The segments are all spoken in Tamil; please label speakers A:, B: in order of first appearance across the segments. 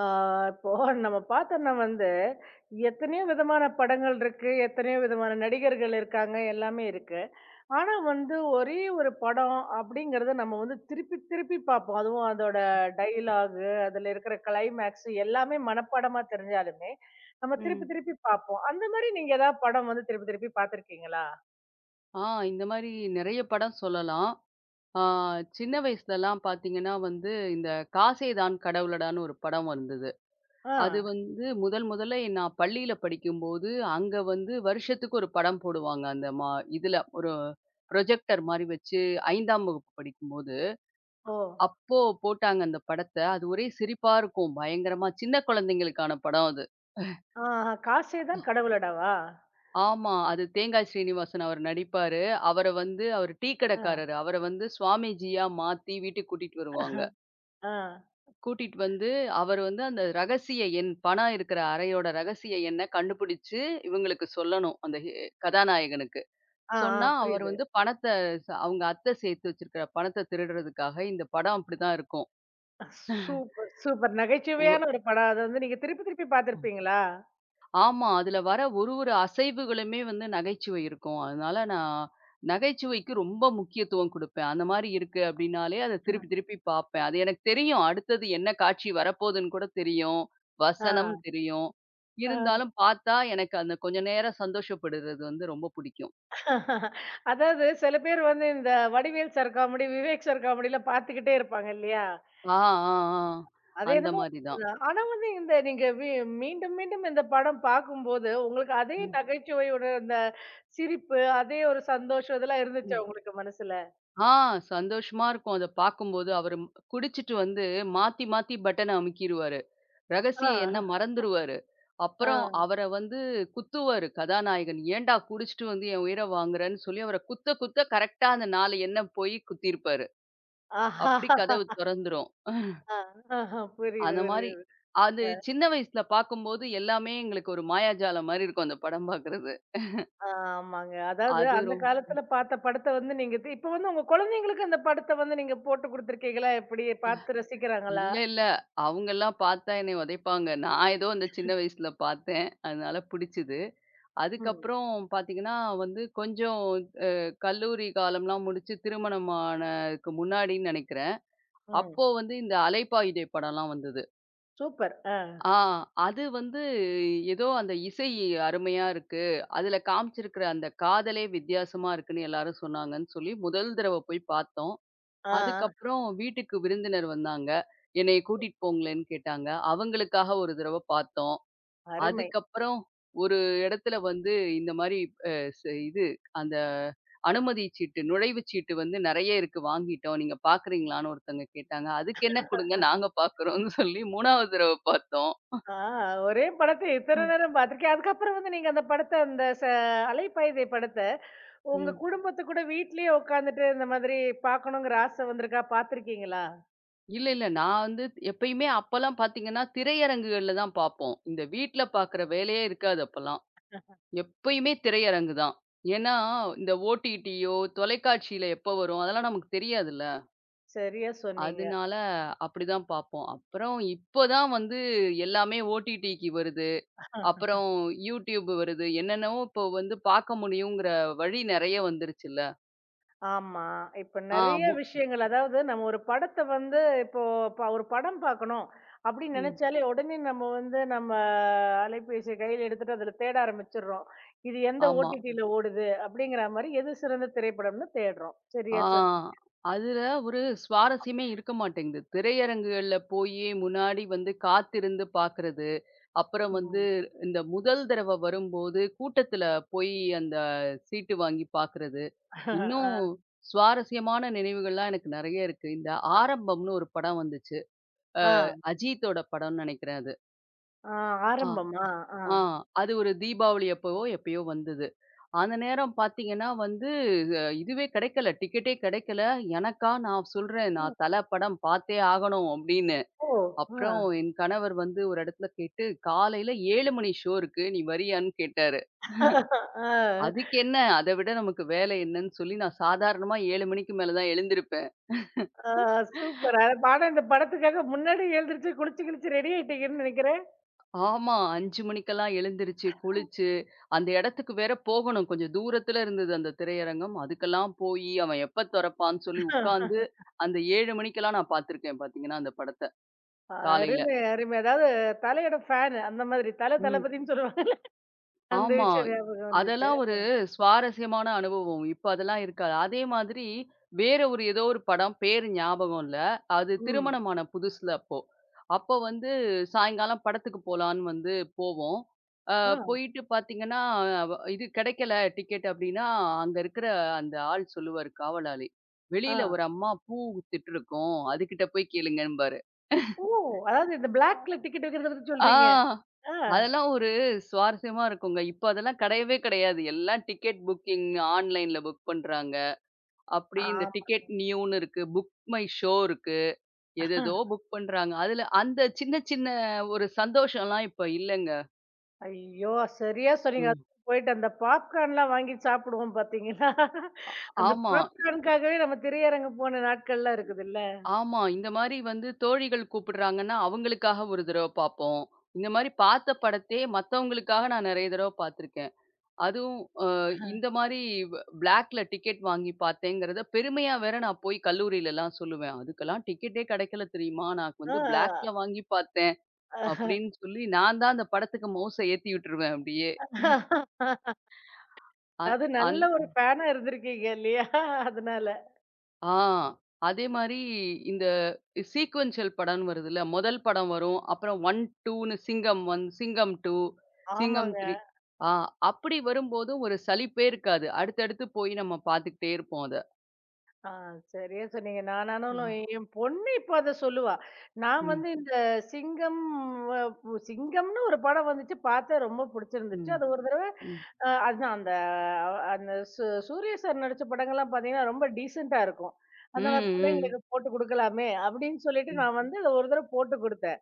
A: ஆ, இப்போ நம்ம பார்த்தோம்னா வந்து, எத்தனையோ விதமான படங்கள் இருக்கு, எத்தனையோ விதமான நடிகர்கள் இருக்காங்க, எல்லாமே இருக்கு. ஆனா வந்து ஒரே ஒரு படம் அப்படிங்கிறத நம்ம வந்து திருப்பி திருப்பி பார்ப்போம். அதுவும் அதோட டயலாகு, அதுல இருக்கிற கிளைமேக்ஸ் எல்லாமே மனப்பாடமா தெரிஞ்சாலுமே, நம்ம திருப்பி
B: ம்.
A: திருப்பி பார்ப்போம். அந்த மாரி நீங்க ஏதாவது படம் வந்து திருப்பி திருப்பி பார்த்துருக்கீங்களா?
B: ஆ இந்த மாரி நெறைய படம் சொல்லலாம். ஆ சின்ன வயசுலலாம் பார்த்தீங்கன்னா வந்து, இந்த "காசேதான் கடவுளடான்னு" ஒரு படம் வந்தது.
A: ஆ.
B: அது வந்து முதல் முதல்ல நான் பள்ளியில படிக்கும்போது, அங்க வந்து வருஷத்துக்கு ஒரு படம் போடுவாங்க. அந்த மா இதுல ஒரு ப்ரொஜெக்டர் மாரி வச்சு 5ஆம் வகுப்பு படிக்கும்போது,
A: ஓ!
B: அப்போ போட்டாங்க அந்த படத்த. அது ஒரே சிரிப்பா இருக்கும். பயங்கரமா சின்ன குழந்தைங்களுக்கான படம்.
A: ஆஹா. "காசே தான் கடவுளடாவா?"
B: ஆமா. அது தேங்காய் ஸ்ரீனிவாசன் அவர் நடிப்பாரு. அவர வந்து அவர் டீ
A: ஆ.
B: கடைக்காரரு. அவர வந்து சுவாமிஜியா மாத்தி வீட்டுக்கு கூட்டிட்டு வருவாங்க.
A: ஆ.
B: கூட்டிட்டு வந்து அவர் வந்து அந்த ரகசிய எண் பணம் இருக்கிற அறையோட ரகசிய எண்ண கண்டுபிடிச்சு இவங்களுக்கு சொல்லணும். அந்த ஹி கதாநாயகனுக்கு.
A: ஆ, ஆ.
B: சொன்னா அவர்
A: புரியுது.
B: வந்து பணத்த ச அவங்க அத்தை சேர்த்து வச்சிருக்கிற பணத்த திருடுறதுக்காக இந்த படம் அப்படிதான் இருக்கும்.
A: Super, super. நகைச்சுவையான ஒரு படம். அது வந்து நீங்க திருப்பி திருப்பி பார்த்திருப்பீங்களா?
B: ஆமா. அதுல வர ஒரு ஒரு அசைவுகளுமே வந்து நகைச்சுவை இருக்கும். அதனால நான் நகைச்சுவைக்கு ரொம்ப முக்கியத்துவம் குடுப்பேன். அந்த மாரி இருக்கு அப்டின்னாலே அத திருப்பி திருப்பி பாப்பேன். அது எனக்கு தெரியும். அடுத்தது என்ன காட்சி வரப்போதுன்னு கூட தெரியும்.
A: ஆ,
B: வசனம் தெரியும்.
A: ஆ.
B: இருந்தாலும் பார்த்தா எனக்கு அந்த கொஞ்ச நேரம் சந்தோஷப்படுறது வந்து ரொம்ப பிடிக்கும்.
A: அதாவது சில பேர் வந்து இந்த Vadivel sir comedy, Vivek sir காமெடிலாம் பார்த்துக்கிட்டே இருப்பாங்க இல்லையா?
B: ஆ, ஆ, ஆ.
A: அது
B: அந்த
A: என்னமோ
B: மாரி தான்.
A: உண்மதான். ஆனா வந்து இந்த நீங்க மீண்டும் மீண்டும் இந்த படம் பார்க்கும்போது, உங்களுக்கு அதே
B: ம்,
A: நகைச்சுவையோட அந்த சிரிப்பு, அதே ஒரு சந்தோஷம் இதெல்லாம் இருந்துச்சா
B: ம்.
A: உங்களுக்கு மனசுல?
B: ஆ சந்தோஷமா இருக்கும். அத பார்க்கும்போது அவரு குடிச்சிட்டு வந்து மாத்தி மாத்தி பட்டன அமுக்கிருவாரு.
A: ஆ,
B: ரகசியம் என்ன மறந்துருவாரு. அப்புறம்
A: ஆ.
B: அவர வந்து குத்துவாரு கதாநாயகன். "ஏன்டா குடிச்சுட்டு வந்து என் உயிர வாங்குறன்னு?" சொல்லி அவர குத்த குத்த கரெக்ட்டா அந்த 4 எண்ணம் போய் குத்திருப்பாரு.
A: ஆஹா!
B: அப்படி கதவு தொறந்துரும்.
A: ஆ, ஆஹா. புரியுது,
B: அந்த மாரி
A: புரியுது.
B: அது சின்ன வயசுல பார்க்கும்போது எல்லாமே எங்களுக்கு ஒரு மாயாஜாலம் மாரி இருக்கும் அந்த படம் பார்க்குறது.
A: ஆமாங்க. அதாவது
B: அது
A: அந்த
B: ரொம்
A: காலத்துல பார்த்த படத்த வந்து நீங்க இப்ப வந்து உங்க குழந்தைங்களுக்கு அந்த படத்த வந்து நீங்க போட்டு குடுத்துருக்கீங்களா? எப்படி பார்த்து ரசிக்கிறாங்களா?
B: இல்ல, இல்ல. அவங்கலாம் பார்த்தா என்னைய உதைப்பாங்க. நான் ஏதோ அந்த சின்ன வயசுல பார்த்தேன். அதனால பிடிச்சது.
A: ம்.
B: அதுக்கப்புறம் பார்த்தீங்கன்னா வந்து கொஞ்சம் அ கல்லூரி காலம்லாம் முடிச்சு திருமணமானதுக்கு முன்னாடின்னு நெனைக்கிறேன்.
A: ம்.
B: அப்போ வந்து இந்த அலைப்பாயுதே படம்லாம் வந்தது.
A: சூப்பர். ஆ.
B: ஆ அது வந்து ஏதோ அந்த இசை அருமையா இருக்கு. அதுல காமிச்சிருக்கிற அந்த காதலே வித்தியாசமா இருக்குன்னு எல்லாரும் சொன்னாங்கன்னு சொல்லி முதல் தடவ போய் பார்த்தோம்.
A: ஆ.
B: அதுக்கப்புறம் வீட்டுக்கு விருந்தினர் வந்தாங்க. என்னைய கூட்டிட்டு போங்களேன்னு கேட்டாங்க. அவங்களுக்காக ஒரு தடவ பார்த்தோம்.
A: அருமை.
B: அதுக்கப்புறம் ஒரு இடத்துல வந்து இந்த மாரி அ ச இது அந்த அனுமதி சீட்டு, நுழைவுச் சீட்டு வந்து நெறைய இருக்கு வாங்கிட்டோம். நீங்க பார்க்குறீங்களான்னு ஒருத்தங்க கேட்டாங்க. அதுக்கு என்ன கொடுங்க நாங்க பார்க்குறோம்னு சொல்லி 3வது தடவ பார்த்தோம்.
A: ஆ ஒரே படத்த இத்தன
B: ம்.
A: நேரம் பார்த்துருக்கேன். அதுக்கப்புறம் வந்து நீங்க அந்த படத்த அந்த அலைப்பாயுதை படத்த உங்க
B: ம்.
A: குடும்பத்து கூட வீட்லயே உட்காந்துட்டு இந்த மாதிரி பார்க்கணுங்கிற ஆசை வந்திருக்கா? பார்த்துருக்கீங்களா?
B: இல்ல, இல்ல. நான் வந்து எப்பயுமே அப்பலாம் பார்த்தீங்கன்னா, திரையரங்குகள்ல தான் பார்ப்போம். இந்த வீட்ல பார்க்குற வேலையே இருக்காது அப்பலாம். எப்பயுமே திரையரங்கு தான். ஏன்னா, இந்த ஓடிடியோ, தொலைக்காட்சியில எப்போ வரும் அதெல்லாம் நமக்கு தெரியாதுல்ல.
A: சரியா சொன்னீங்க.
B: அதனால அப்படிதான் பார்ப்போம். அப்புறம் இப்போதான் வந்து எல்லாமே ஓடிடிக்கு வருது. அப்புறம் யூடியூப் வருது. என்னென்னவோ இப்போ வந்து பார்க்க முடியுங்கிற வழி நெறைய வந்துருச்சுல்ல.
A: ஆமா. இப்ப
B: ஆ
A: நெறைய
B: மு
A: விஷயங்கள். அதாவது நம்ம ஒரு படத்த வந்து இப்போ ஒரு படம் பார்க்கணும் அப்படின்னு
B: ம்.
A: நெனைச்சாலே, உடனே நம்ம வந்து நம்ம அலைபேசிய கையில எடுத்துட்டு அதுல தேட ஆரம்பிச்சுடுறோம். இது எந்த
B: ஆமா.
A: ஓடிடில ஓடுது அப்படிங்கிற மாரி எது சிறந்த திரைப்படம்னு தேடுறோம்.
B: ஆ
A: சரியா சொன்
B: அதுல ஒரு சுவாரஸ்யமே இருக்க மாட்டேங்குது. திரையரங்குகள்ல போயி முன்னாடி வந்து காத்திருந்து பார்க்கறது. அப்புறம் வந்து
A: ம்.
B: இந்த முதல் தடவ வரும்போது கூட்டத்துல போய் அந்த சீட்டு வாங்கி பார்க்குறது. இன்னும்
A: ஆ.
B: சுவாரஸ்யமான நினைவுகள்லாம் எனக்கு நெறைய இருக்கு. இந்த ஆரம்பம்னு ஒரு படம் வந்துச்சு.
A: ஆ.
B: அஜீத்தோட படம்னு நெனைக்கிறேன் அது. ஆ,
A: ஆரம்பமா? ஆ.
B: ஆ அது ஒரு தீபாவளி அப்பவோ எப்பயோ வந்தது. அந்த நேரம் பார்த்தீங்கன்னா வந்து இதுவே கிடைக்கல. டிக்கெட்டே கிடைக்கல. எனக்கா நான் சொல்றேன், "நான் தல படம் பார்த்தே ஆகணும்" அப்படின்னு.
A: ஓ! ஆ.
B: அப்புறம் என் கணவர் வந்து ஒரு இடத்துல கேட்டு, "காலையில 7 மணி ஷோ இருக்கு. நீ வரியான்னு?" கேட்டாரு.
A: ஆ.
B: அதுக்கு என்ன? அத விட நமக்கு வேலை என்னன்னு சொல்லி நான் சாதாரணமா 7 மணிக்கு மேல தான் எழுந்திருப்பேன்.
A: ஆ சூப்பர். பாடம் இந்த படத்துக்காக முன்னாடியே எழுந்திரிச்சு குளிச்சு கிளிச்சு ரெடி ஆயிட்டீங்கன்னு நெனைக்கிறேன்.
B: ஆமா 5 மணிக்கெல்லாம் எழுந்திருச்சு, குளிச்சு, அந்த இடத்துக்கு வேற போகணும். கொஞ்சம் தூரத்துல இருந்தது அந்த திரையரங்கம். அதுக்கெல்லாம் போயி அவன் எப்ப தொறப்பான்னு சொல்லி உட்காந்து, அந்த 7 மணிக்கெல்லாம் நான் பார்த்துருக்கேன் பார்த்தீங்கன்னா, அந்த படத்த. காலையில.
A: அருமை, அருமை. அதாவது தலையோட ஃபேன் அந்த மாதிரி. தல
B: ம்.
A: தளபதின்னு சொல்லுவாங்க. அந்த
B: ஆமா.
A: விஷயம் ஞாபகம் வந்துச்சு.
B: அதெல்லாம் ஒரு சுவாரஸ்யமான அனுபவம். இப்ப அதெல்லாம் இருக்காது. அதே மாதிரி வேற ஒரு ஏதோ ஒரு படம், பேரு ஞாபகம் இல்ல. அது
A: ம்.
B: திருமணமான புதுசுல அப்போ. அப்போ வந்து சாயங்காலம் படத்துக்கு போலான்னு வந்து போவோம். அ
A: ஆ,
B: போயிட்டு பார்த்தீங்கன்னா, இது கிடைக்கல டிக்கெட் அப்டின்னா, அங்க இருக்கிற அந்த ஆள் சொல்லுவாரு காவலாளி.
A: ஆ.
B: "வெளியில ஒரு அம்மா பூ வித்துட்டுருக்கோம். அதுகிட்ட போய் கேளுங்கம்பாரு."
A: ஓ! அதாவது இந்த பிளாக்ல டிக்கெட் விக்கிறத பத்தி
B: ஆ.
A: சொல்றீங்க. ஆ.
B: அதெல்லாம் ஒரு சுவாரஸ்யமா இருக்குங்க. இப்ப அதெல்லாம் கிடையவே கிடையாது. எல்லாம் டிக்கெட் புக்கிங் ஆன்லைன்ல புக் பண்றாங்க. அப்படி இந்த
A: ஆமா.
B: டிக்கெட் நியூன்னு இருக்கு. புக் மை ஷோ இருக்கு. எதேதோ புக் பண்றாங்க. அதுல அந்த சின்ன சின்ன ஒரு சந்தோஷம்லாம் இப்ப இல்லங்க.
A: ஐயோ! சரியா சொன்னீங்க.
B: ம்.
A: அதுவும் போயிட்டு அந்த பாப்கார்ன்லாம் வாங்கி சாப்பிடுவோம் பார்த்தீங்களா? அந்த
B: ஆமா,
A: பாப்கார்னுக்காகவே நம்ம திரையரங்கம் போன நாட்கள்லாம் இருக்குதுல்ல.
B: ஆமா. இந்த மாரி வந்து தோழிகள் கூப்பிடுறாங்கன்னா, அவங்களுக்காக ஒரு தடவ பார்ப்போம். இந்த மாரி பார்த்த படத்தையே மத்தவங்களுக்காக நான் நெறைய தடவ பார்த்துருக்கேன். அதுவும் அ இந்த மாரி பிளாக்ல டிக்கெட் வாங்கி பார்த்தேங்கிறத பெருமையா வேற நான் போய் கல்லூரிலலாம் சொல்லுவேன். "அதுக்கெல்லாம் டிக்கெட்டே கிடைக்கல தெரியுமா? நான்
A: ஆ.
B: வந்து பிளாக்ல வாங்கி பார்த்தேன்." அப்படின்னு சொல்லி நான் தான் அந்த படத்துக்கு மவுஸ ஏத்தி விட்டுருவேன் அப்படியே. அ
A: அது
B: அந்
A: நல்ல ஒரு ஃபேனா இருந்திருக்கீங்க இல்லையா? அதனால.
B: ஆ அதே மாரி இந்த சீக்வென்ஷியல் படம்ன்னு வருதுல்ல. முதல் படம் வரும். அப்புறம் 1, 2ன்னு சிங்கம் 1, சிங்கம் 2, சிங்கம்
A: ஆமாங்க.
B: 3. ஆ அப்படி வரும்போது ஒரு சலிப்பே இருக்காது. அடுத்தடுத்து போய் நம்ம பார்த்துக்கிட்டே இருப்போம் அத.
A: ஆ, சரியா சொன்னீங்க. நான் ஆனாலும்
B: ம்.
A: என் பொண்ணு இப்ப அத சொல்லுவா. நான்
B: ம்.
A: வந்து இந்த சிங்கம் அ பு சிங்கம்னு ஒரு படம் வந்துச்சு. பார்த்தேன் ரொம்ப புடிச்சிருந்துச்சு.
B: ம்.
A: அது ஒரு தடவ
B: ம்.
A: அதுதான் அந்த அந்த சூர்யா சார் நடிச்ச படங்கள்லாம் பார்த்தீங்கன்னா, ரொம்ப டீசென்ட்டா இருக்கும்.
B: ம்,
A: அதனால
B: ம்.
A: பிள்ளைங்களுக்கு போட்டு குடுக்கலாமே! அப்படின்னு சொல்லிட்டு
B: ம்,
A: நான் வந்து அத ஒரு தடவ போட்டு குடுத்தேன்.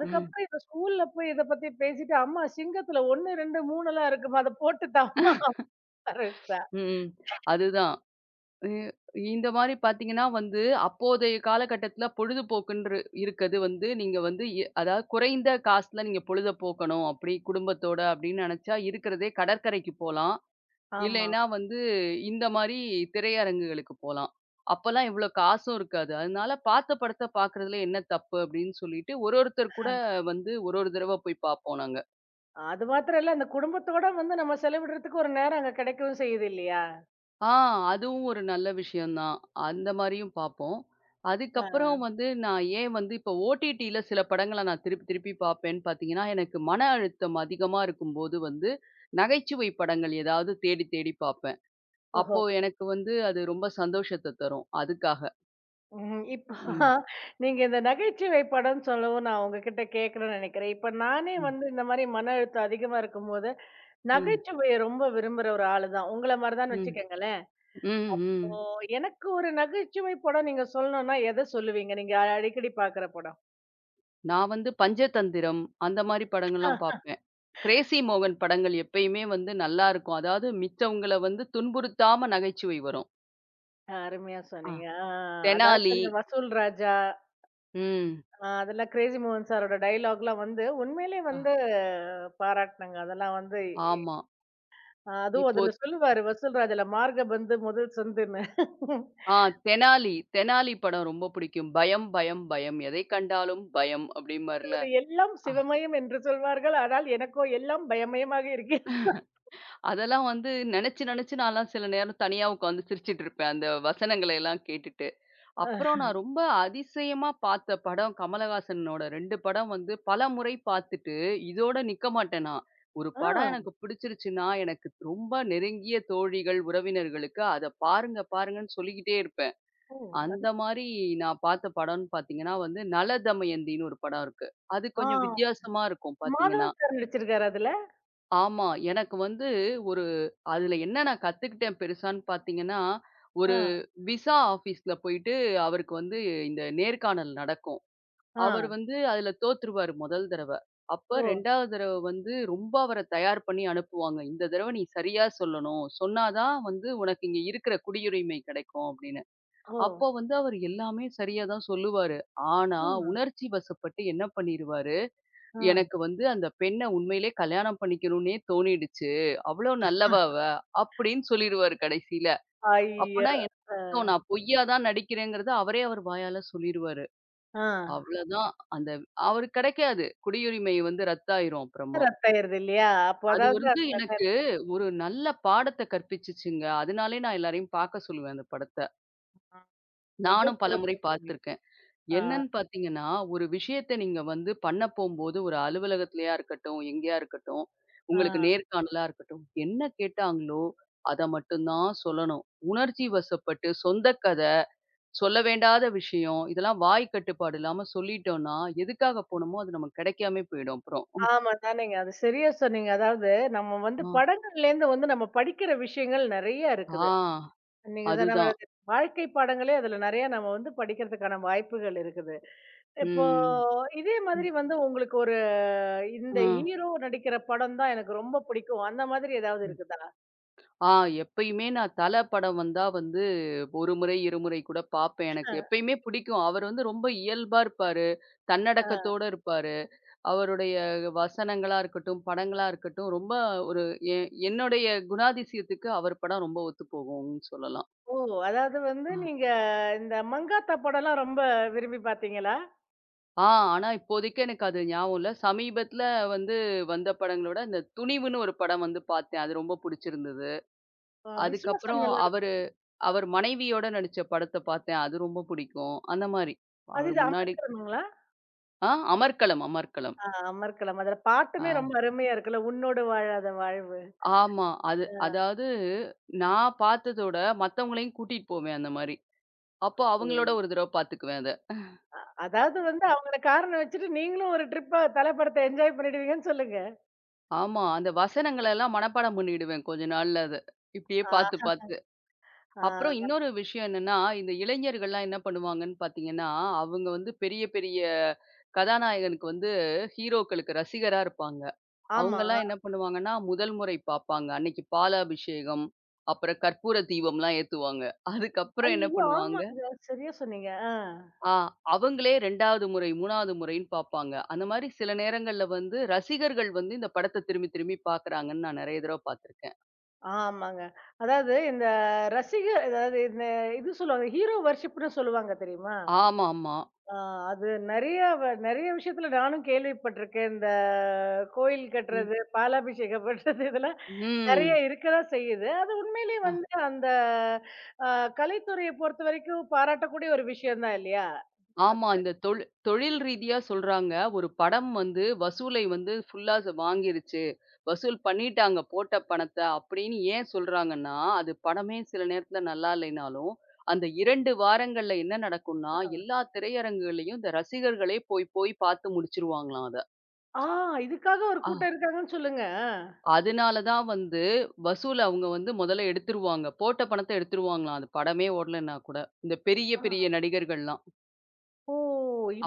B: ம்,
A: இந்த ஸ்கூல்ல போய் இத பத்தி பேசிட்டு, "அம்மா சிங்கத்துல 1, 2, 3லாம் இருக்குமா, அத போட்டுத்தாம்மா" ஆரம்பிச்சுட்டா.
B: ம். அதுதான். இ இந்த மாரி பார்த்தீங்கன்னா வந்து, அப்போதைய காலகட்டத்தில பொழுதுபோக்குன்று இருக்கது வந்து, நீங்க வந்து அதாவது குறைந்த காசுல நீங்க பொழுத போக்கணும். அப்படி குடும்பத்தோட அப்படின்னு நெனச்சா இருக்கிறதே கடற்கரைக்கு போலாம்.
A: ஆமா.
B: இல்லைன்னா வந்து இந்த மாரி திரையரங்குகளுக்கு போலாம். அப்பலாம் இவ்வளோ காசும் இருக்காது. அதனால பார்த்த படத்த பார்க்கறதுல என்ன தப்பு அப்படின்னு சொல்லிட்டு, ஒரு ஒருத்தர் கூட வந்து ஒரு ஒரு தடவ போய் பார்ப்போம் நாங்க.
A: அது மாத்திரம் இல்ல, அந்த குடும்பத்தோட வந்து நம்ம செலவிடுறதுக்கு ஒரு நேரம் அங்க கிடைக்கவும் செய்யுது இல்லையா?
B: ஆ அதுவும் ஒரு நல்ல விஷயம் தான். அந்த மாரியும் பார்ப்போம். அதுக்கப்புறம்
A: ஆ.
B: வந்து நான் ஏன் வந்து இப்போ ஓடிடில சில படங்கள நான் திருப்பி திருப்பி பார்ப்பேன்னு பார்த்தீங்கன்னா, எனக்கு மன அழுத்தம் அதிகமா இருக்கும்போது வந்து, நகைச்சுவை படங்கள் ஏதாவது தேடி தேடி பார்ப்பேன்.
A: ஓஹோ!
B: அப்போ எனக்கு வந்து அது ரொம்ப சந்தோஷத்த தரும். அதுக்காக.
A: ம். இப்போ
B: ம்.
A: நீங்க இந்த நகைச்சுவை படம்ன்னு சொல்லவும் நான் உங்ககிட்ட கேட்கணும்னு நெனைக்கிறேன். இப்ப நானே
B: ம்.
A: வந்து இந்த மாரி மன அழுத்தம் அதிகமா இருக்கும்போது,
B: ம்.
A: நகைச்சுவைய ரொம்ப விரும்புற ஒரு ஆளு தான். உங்கள மாரி தான்
B: ம்.
A: வச்சுக்கங்களேன்.
B: ம். ம்.
A: எனக்கு ஒரு நகைச்சுவை படம் நீங்க சொல்லணும்னா எத சொல்லுவீங்க? நீங்க அடிக்கடி பார்க்குற படம்.
B: நான் வந்து பஞ்சதந்திரம் அந்த மாரி படங்கள்லாம்
A: ஆ.
B: பார்ப்பேன். கிரேஸி மோகன் படங்கள் எப்பயுமே வந்து நல்லாருக்கும். அதாவது மிச்சவங்கள வந்து துன்புறுத்தாம நகைச்சுவை வரும்.
A: அருமையா சொன்னீங்க. ஆ
B: தெனாலி.
A: அதாவது இந்த வசூல் ராஜா.
B: ம்.
A: ஆ அதெல்லாம் கிரேஸி மோகன் சாரோட டயலாக்லாம் வந்து உண்மையிலே
B: ஆ.
A: வந்து பாராட்டுனங்க. அதெல்லாம் வந்து
B: ஆமா.
A: அதுவும்
B: இப்போ
A: அதுல சொல்லுவாரு வசூல்ராஜ் அதுல மார்கபந்து முதல் சந்துன்னு.
B: ஆ தெனாலி. தெனாலி படம் ரொம்ப பிடிக்கும். பயம், பயம், பயம். எதை கண்டாலும் பயம் அப்டிம்பார்ல.
A: அது எல்லாம்
B: ஆ.
A: சிவமயம் என்று சொல்வார்கள். ஆனால் எனக்கோ எல்லாம் பயமயமாக இருக்கு.
B: அதெல்லாம் வந்து நெனச்சு நெனச்சு நான்லாம் சில நேரம் தனியா உட்காந்து சிரிச்சுட்டுருப்பேன். அந்த வசனங்கள எல்லாம் கேட்டுட்டு.
A: அ
B: அப்புறம் நான் ரொம்ப அதிசயமா பார்த்த படம் கமலஹாசனோட 2 படம் வந்து பலமுறை பார்த்துட்டு, இதோட நிக்க மாட்டேன் நான். ஒரு
A: ஆ
B: படம் எனக்கு பிடிச்சிருச்சுன்னா, எனக்கு ரொம்ப நெருங்கிய தோழிகள், உறவினர்களுக்கு அத பாருங்க பாருங்கன்னு சொல்லிக்கிட்டே இருப்பேன்.
A: ஓ! அது
B: அந்த மாரி நான் பார்த்த படம்ன்னு பார்த்தீங்கன்னா வந்து, நல தமயந்தின்னு ஒரு படம் இருக்கு. அது
A: ஆ
B: கொஞ்சம் வித்தியாசமா இருக்கும் பார்த்தீங்கன்னா.
A: மாதவன் சார் நடிச்சிருக்காரு அதுல?
B: ஆமா. எனக்கு வந்து ஒரு அதுல என்ன நான் கத்துக்கிட்டேன் பெருசான்னு பார்த்தீங்கன்னா,
A: ஆ
B: ஒரு விசா ஆஃபீஸ்ல போயிட்டு அவருக்கு வந்து இந்த நேர்காணல் நடக்கும்.
A: ஆ
B: அவர் வந்து அதுல தோத்துருவாரு முதல் தடவ. அப்ப
A: ஓ!
B: 2வது தடவ வந்து ரொம்ப அவர தயார் பண்ணி அனுப்புவாங்க. "இந்த தடவ நீ சரியா சொல்லணும். சொன்னா தான் வந்து உனக்கு இங்க இருக்கிற குடியுரிமை கிடைக்கும்" அப்படின்னு.
A: ஓ!
B: அப்போ வந்து அவர் எல்லாமே சரியா தான் சொல்லுவாரு. ஆனா,
A: ம்.
B: உணர்ச்சி வசப்பட்டு என்ன பண்ணிருவாரு,
A: ஆ.
B: எனக்கு வந்து அந்த பெண்ண உண்மையிலே கல்யாணம் பண்ணிக்கணும்னே தோணிடுச்சு. அவ்வளோ நல்லவ அவ. அப்படின்னு சொல்லிருவாரு கடைசியில.
A: ஐயோ!
B: அப்பன்னா என்ன
A: அ
B: அர்த்தம்? நான் பொய்யா தான் நடிக்கிறேங்கிறத அவரே அவர் வாயால சொல்லிருவாரு.
A: ஆ
B: அவ்வளதான் அந்த அவருக்கு கிடைக்காது. குடியுரிமை வந்து ரத்தாயிரும் அப்புறமா.
A: ரத்தாயிருது இல்லையா? அப்ப
B: அது
A: அதாவது
B: வந்து
A: அது வந்து,
B: எனக்கு ஒரு நல்ல பாடத்த கற்பிச்சுச்சுங்க. அதனாலே நான் எல்லாரையும் பார்க்க சொல்லுவேன் அந்த படத்த.
A: ஆ, மிக
B: நானும் பலமுறை
A: சிறப்பு.
B: பார்த்துருக்கேன்.
A: ஆ
B: என்னன்னு பார்த்தீங்கன்னா, ஒரு விஷயத்த நீங்க வந்து பண்ண போம்போது, ஒரு அலுவலகத்திலயா இருக்கட்டும், எங்கேயா இருக்கட்டும்,
A: ஆ.
B: உங்களுக்கு நேர்காணலா இருக்கட்டும், என்ன கேட்டாங்களோ, அத மட்டும் தான் சொல்லணும். உணர்ச்சி வசப்பட்டு சொந்த கத, சொல்ல வேண்டாத விஷயம், இதெல்லாம் வாய் கட்டுப்பாடு இல்லாம சொல்லிட்டோம்னா, எதுக்காக போனோமோ அது நமக்கு கிடைக்காமே போயிடும் அப்புறம்.
A: ஆமா தானேங்க. அது சரியா சொன்னீங்க. அதாவது நம்ம வந்து
B: ஆ.
A: படங்கள்லேருந்து வந்து நம்ம படிக்கிற விஷயங்கள் நெறைய
B: ஆ
A: இருக்குது. நீங்க சொன்ன மாரி
B: அதுதான்.
A: அது வாழ்க்கை பாடங்களே அதுல நெறைய நம்ம வந்து படிக்கிறதுக்கான வாய்ப்புகள் இருக்குது. இப்போ
B: ம்.
A: இதே
B: ம்.
A: மாதிரி வந்து உங்களுக்கு ஒரு இந்த
B: ஆ.
A: ஹீரோ நடிக்கிற படம் தான் எனக்கு ரொம்ப பிடிக்கும். அந்த மாதிரி ஏதாவது இருக்குதா?
B: ஆ எப்பயுமே நான் தல படம் வந்தா வந்து, ஒரு முறை, இருமுறை கூட பாப்பேன்.
A: அ,
B: எனக்கு எப்பயுமே பிடிக்கும். அவர் வந்து ரொம்ப இயல்பா இருப்பாரு.
A: அ.
B: தன்னடக்கத்தோட இருப்பாரு. அவருடைய வசனங்களா இருக்கட்டும், படங்களா இருக்கட்டும், ரொம்ப ஒரு எ என்னுடைய குணாதிசயத்துக்கு அவர் படம் ரொம்ப ஒத்து போகும்னு சொல்லலாம்.
A: ஓ! அதாவது வந்து நீங்க இந்த மங்காத்தா படம்லாம் ரொம்ப விரும்பி பார்த்தீங்களா?
B: ஆ, ஆனா இப்போதைக்கு எனக்கு அது ஞாபகம் இல்ல. சமீபத்தில வந்து வந்த படங்களோட இந்த துணிவுன்னு ஒரு படம் வந்து பாத்தேன். அது ரொம்ப புடிச்சிருந்தது.
A: விசுவாசம்
B: அதுக்கப்புறம்
A: நல்லா
B: அவர்
A: இருக்கும்.
B: அவர் மனைவியோட நடிச்ச படத்த பார்த்தேன். அது ரொம்ப பிடிக்கும். அந்த மாரி.
A: அது
B: அவர்
A: இது
B: முன்னாடி
A: அமர்கலம்ங்களா?
B: ஆ அமர்க்களம், அமர்க்களம்.
A: ஆ அமர்க்கலாம். அதுல
B: ஆ
A: பாட்டுமே ரொம்ப அருமையா இருக்குல்ல. உன்னோடு வாழாத வாழ்வு.
B: ஆமா. அது அதாவது நான் பார்த்ததோட மத்தவங்களையும் கூட்டிட்டு போவேன் அந்த மாரி. அப்போ
A: ஓ!
B: அவங்களோட ஒரு தடவ பார்த்துக்குவேன் அத.
A: அதாவது வந்து அவங்கள காரணம் வச்சுட்டு நீங்களும் ஒரு ட்ரிப்பா தல படத்த என்ஜாய் பண்ணிடுவீங்கன்னு சொல்லுங்க.
B: ஆமா. அந்த வசனங்கள எல்லாம் மனப்பாடம் பண்ணிடுவேன் கொஞ்ச நாள்ல அத. இப்படியே பார்த்து,
A: ஆ,
B: பார்த்து. அப்புறம்
A: ஆ,
B: இன்னொரு விஷயம் என்னன்னா, இந்த இளைஞர்கள்லாம் என்ன பண்ணுவாங்கன்னு பார்த்தீங்கன்னா, அவங்க வந்து பெரிய, பெரிய கதாநாயகனுக்கு வந்து ஹீரோக்களுக்கு ரசிகரா இருப்பாங்க.
A: ஆமா.
B: அவங்கலாம் என்ன பண்ணுவாங்கன்னா, முதல் முறை பாப்பாங்க. அன்னைக்கு பாலாபிஷேகம், அப்புறம் கற்பூர தீபம்லாம் ஏத்துவாங்க. அதுக்கப்புறம் என்ன
A: ஐயோ!
B: பண்ணுவாங்க,
A: ஆமாங்க. சரியா சொன்னீங்க. ஆ.
B: ஆ அவங்களே 2வது முறை, 3வது முறைன்னு பாப்பாங்க. அந்த மாரி சில நேரங்கள்ல வந்து ரசிகர்கள் வந்து இந்த படத்த திரும்பி திரும்பி பாக்குறாங்கன்னு நான் நெறைய தடவ பாத்துருக்கேன்.
A: ஆமாங்க. அதாவது இந்த ரசிகர் அதாவது இந்த இது சொல்லுவாங்க. ஹீரோ வொர்ஷிப்ன்னு சொல்லுவாங்க தெரியுமா?
B: ஆமாமா.
A: ஆ, அது நெறைய நெறைய விஷயத்துல நானும் கேள்விப்பட்டிருக்கேன். இந்த கோயில்
B: ம்.
A: கட்டுறது, பாலாபிஷேகம் பண்றது இதெல்லாம் நெறைய
B: ம்.
A: இருக்க தான் செய்யுது. அது உண்மையிலேயே வந்து அந்த அ கலைத்துறைய பொறுத்தவரைக்கும் பாராட்டக்கூடிய ஒரு விஷயம் தான் இல்லையா?
B: ஆமா. இந்த தொழி தொழில் ரீதியா சொல்றாங்க. ஒரு படம் வந்து வசூலை வந்து ஃபுல்லா வாங்கிருச்சு. வசூல் பண்ணிட்டாங்க போட்ட பணத்த அப்படின்னு ஏன் சொல்றாங்கன்னா, அது படமே சில நேரத்துல நல்லா இல்லைனாலும், அந்த 2 வாரங்கள்ல என்ன நடக்கும்னா,
A: ஆ.
B: எல்லா திரையரங்குகள்லயும் இந்த ரசிகர்களே போய் போய் பார்த்து முடிச்சுருவாங்களாம் அத.
A: ஆ இதுக்காக ஒரு
B: அ
A: கூட்டம் இருக்காங்கன்னு சொல்லுங்க.
B: அதனால தான் வந்து வசூல் அவங்க வந்து முதல்ல எடுத்துருவாங்க. போட்ட பணத்த எடுத்துருவாங்களாம். அது படமே ஓடலன்னா கூட. இந்த பெரிய
A: ஆ. ஆ.
B: பெரிய நடிகர்கள்லாம்.
A: ஓ!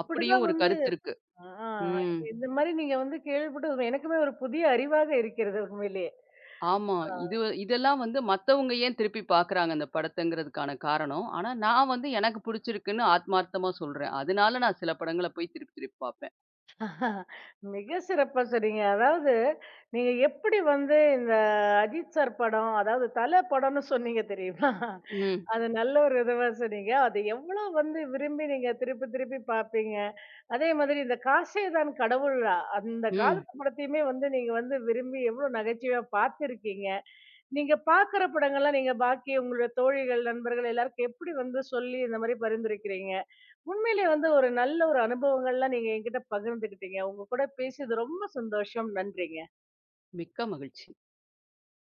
B: அப்படியும் ஒரு
A: வந்து
B: கருத்து இருக்கு.
A: ஆ
B: ம்.
A: இந்த மாரி நீங்க வந்து கேள்விப்பட்டது எனக்குமே ஒரு புதிய அறிவாக இருக்கிறது உண்மையிலேயே.
B: ஆமா. இது இதெல்லாம் வந்து மத்தவங்க ஏன் திருப்பி பார்க்குறாங்க அந்த படத்தங்கிறதுக்கான காரணம். ஆனா நான் வந்து எனக்கு புடிச்சிருக்குன்னு ஆத்மார்த்தமா சொல்றேன். அதனால நான் சில படங்கள போய் திருப்பி திருப்பி பார்ப்பேன்.
A: மிக சிறப்பா சொன்னீங்க. அதாவது, நீங்க எப்படி வந்து இந்த அஜித் சார் படம், அதாவது தல படம்னு சொன்னீங்க தெரியுமா?
B: ம்.
A: அது நல்ல ஒரு இதுவா சொன்னீங்க. அது எவ்வளோ வந்து விரும்பி நீங்க திருப்பி திருப்பி பார்ப்பீங்க. அதே மாதிரி இந்த "காசே தான் கடவுளா" அந்த
B: ம். ம்.
A: காலத்து படத்தையுமே வந்து நீங்க வந்து விரும்பி எவ்வளோ நகைச்சுவையா பார்த்துருக்கீங்க. நீங்க பார்க்குற படங்கள்லாம் நீங்க பாக்கி உங்களுடைய தோழிகள், நண்பர்கள் எல்லாருக்கும் எப்படி வந்து சொல்லி இந்த மாரி பரிந்துரைக்கிறீங்க? உண்மையிலே வந்து ஒரு நல்ல ஒரு அனுபவங்கள்லாம் நீங்க என்கிட்ட பகிர்ந்துக்கிட்டீங்க. உங்க கூட பேசியது ரொம்ப சந்தோஷம். நன்றிங்க.
B: மிக்க மகிழ்ச்சி.